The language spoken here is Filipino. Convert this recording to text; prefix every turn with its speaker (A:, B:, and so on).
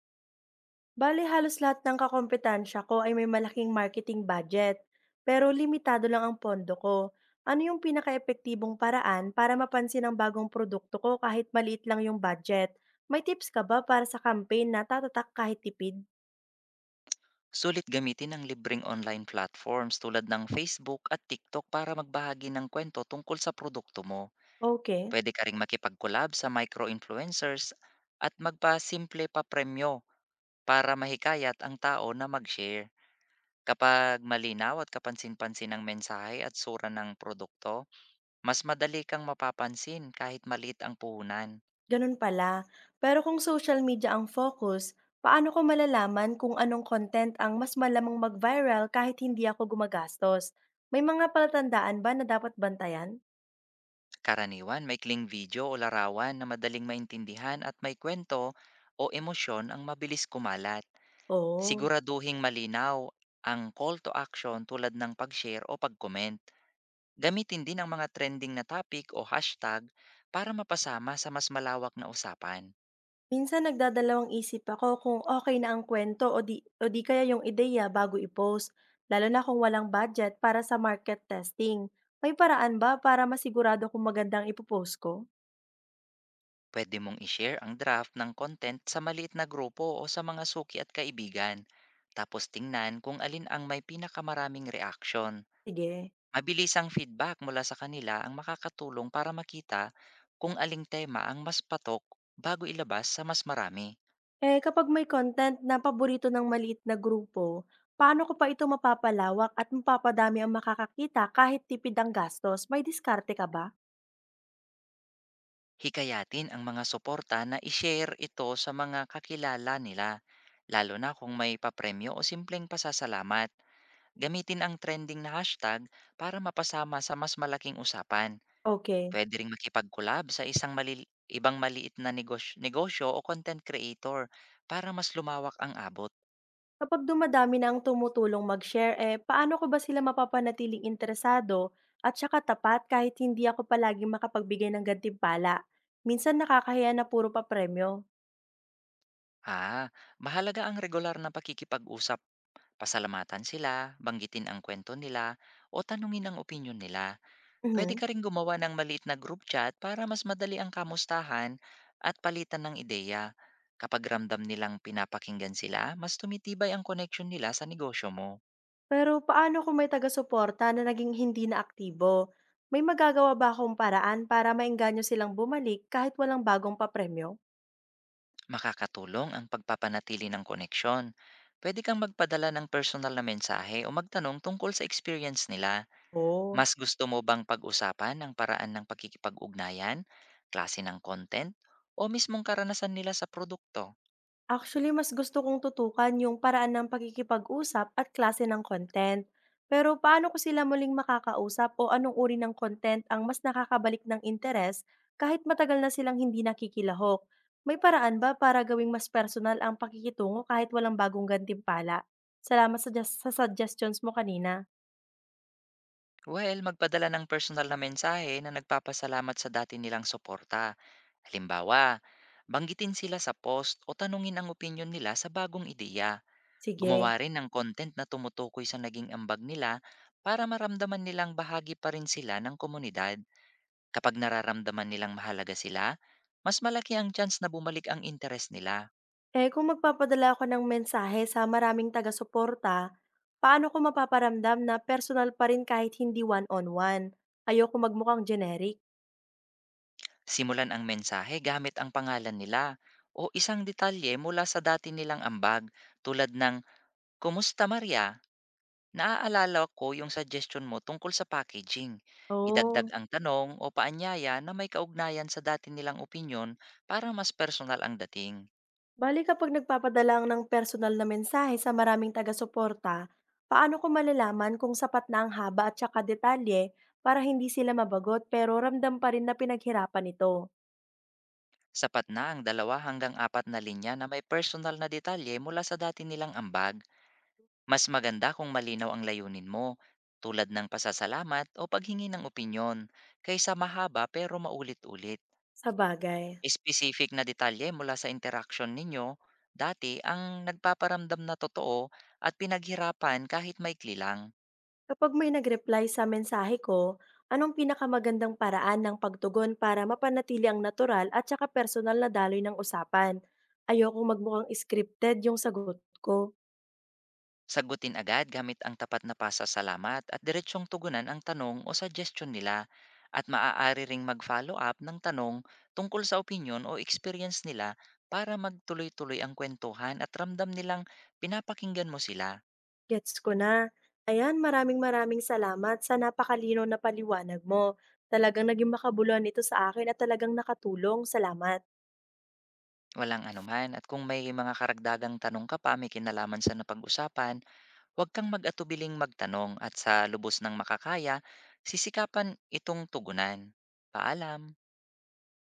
A: Bale halos lahat ng kakompetansya ko ay may malaking marketing budget, pero limitado lang ang pondo ko. Ano yung pinakaepektibong paraan para mapansin ang bagong produkto ko kahit maliit lang yung budget? May tips ka ba para sa campaign na tatatak kahit tipid?
B: Sulit gamitin ang libreng online platforms tulad ng Facebook at TikTok para magbahagi ng kwento tungkol sa produkto mo.
A: Okay,
B: Pwede ka ring makipag-collab sa micro-influencers at magpa pa premyo para mahikayat ang tao na mag-share. Kapag malinaw at kapansin-pansin ang mensahe at sura ng produkto, mas madali kang mapapansin kahit maliit ang puhunan.
A: ganun pala. Pero kung social media ang focus, paano ko malalaman kung anong content ang mas malamang mag-viral kahit hindi ako gumagastos? May mga palatandaan ba na dapat bantayan?
B: Karaniwan, may kling video o larawan na madaling maintindihan at may kwento o emosyon ang mabilis kumalat.
A: Oo.
B: Siguraduhing malinaw ang call to action tulad ng pag-share o pag-comment. Gamitin din ang mga trending na topic o hashtag para mapasama sa mas malawak na usapan.
A: Minsan nagdadalawang isip ako kung okay na ang kwento o di kaya yung ideya bago i-post, lalo na kung walang budget para sa market testing. May paraan ba para masigurado kung magandang ang ipo-post ko?
B: Pwede mong i-share ang draft ng content sa maliit na grupo o sa mga suki at kaibigan. Tapos tingnan kung alin ang may pinakamaraming reaction.
A: Sige.
B: Mabilis ang feedback mula sa kanila ang makakatulong para makita kung aling tema ang mas patok bago ilabas sa mas marami.
A: Eh, kapag may content na paborito ng maliit na grupo, paano ko pa ito mapapalawak at mapapadami ang makakakita kahit tipid ang gastos? May diskarte ka ba?
B: Hikayatin ang mga suporta na i-share ito sa mga kakilala nila, lalo na kung may papremyo o simpleng pasasalamat. Gamitin ang trending na hashtag para mapasama sa mas malaking usapan.
A: Okay.
B: Pwede ring makipag-collab sa isang ibang maliit na negosyo o content creator para mas lumawak ang abot.
A: Kapag dumadami na ang tumutulong mag-share, eh, paano ko ba sila mapapanatiling interesado at saka tapat kahit hindi ako palaging makapagbigay ng gantimpala? Minsan nakakahiya na puro pa premyo.
B: Ah, Mahalaga ang regular na pakikipag-usap. Pasalamatan sila, banggitin ang kwento nila, o tanungin ang opinion nila. Pwede
A: Mhm.
B: ka ring gumawa ng maliit na group chat para mas madali ang kamustahan at palitan ng ideya. Kapag ramdam nilang pinapakinggan sila, mas tumitibay ang koneksyon nila sa negosyo mo.
A: Pero paano kung may taga-suporta na naging hindi na aktibo? May magagawa ba akong paraan para maengganyo silang bumalik kahit walang bagong papremyo?
B: Makakatulong ang pagpapanatili ng koneksyon. Pwede kang magpadala ng personal na mensahe o magtanong tungkol sa experience nila.
A: Oo.
B: Mas gusto mo bang pag-usapan ang paraan ng pakikipag-ugnayan, klase ng content, o mismong karanasan nila sa produkto?
A: Actually, mas gusto kong tutukan yung paraan ng pakikipag-usap at klase ng content. Pero paano ko sila muling makakausap o anong uri ng content ang mas nakakabalik ng interes kahit matagal na silang hindi nakikilahok? May paraan ba para gawing mas personal ang pakikitungo kahit walang bagong gantimpala? Salamat sa suggestions mo kanina.
B: Magpadala ng personal na mensahe na nagpapasalamat sa dati nilang suporta. Halimbawa, banggitin sila sa post o tanungin ang opinion nila sa bagong ideya. Gumawa
A: Sige.
B: rin ng content na tumutukoy sa naging ambag nila para maramdaman nilang bahagi pa rin sila ng komunidad. Kapag nararamdaman nilang mahalaga sila, mas malaki ang chance na bumalik ang interes nila.
A: Eh, kung magpapadala ako ng mensahe sa maraming taga-suporta, paano ko mapaparamdam na personal pa rin kahit hindi one-on-one? Ayoko magmukhang generic.
B: Simulan ang mensahe gamit ang pangalan nila o isang detalye mula sa dati nilang ambag, tulad ng "Kumusta, Maria? Naaalala ko yung suggestion mo tungkol sa packaging." Idagdag
A: Oh,
B: ang tanong o paanyaya na may kaugnayan sa dati nilang opinyon para mas personal ang dating.
A: bali kapag nagpapadala ng personal na mensahe sa maraming taga-suporta, paano ko malalaman kung sapat na ang haba at saka detalye para hindi sila mabagot pero ramdam pa rin na pinaghirapan ito?
B: Sapat na ang dalawa hanggang apat na linya na may personal na detalye mula sa dati nilang ambag. Mas maganda kung malinaw ang layunin mo, tulad ng pasasalamat o paghingi ng opinyon, kaysa mahaba pero maulit-ulit.
A: Sa bagay.
B: Specific na detalye mula sa interaction ninyo dati ang nagpaparamdam na totoo at pinaghirapan kahit maikli lang.
A: Kapag may nag-reply sa mensahe ko, anong pinakamagandang paraan ng pagtugon para mapanatili ang natural at saka personal na daloy ng usapan? Ayokong magmukhang scripted yung sagot ko.
B: Sagutin agad gamit ang tapat na pasasalamat at diretsyong tugunan ang tanong o suggestion nila, at maaari ring mag-follow up ng tanong tungkol sa opinion o experience nila para magtuloy-tuloy ang kwentuhan at ramdam nilang pinapakinggan mo sila.
A: Gets ko na. Ayan, maraming maraming salamat sa napakalino na paliwanag mo. Talagang naging makabuluhan ito sa akin at talagang nakatulong. Salamat.
B: Walang anuman, at kung may mga karagdagang tanong ka pa may kinalaman sa napag-usapan, huwag kang mag-atubiling magtanong, at sa lubos ng makakaya, sisikapan itong tugunan. Paalam!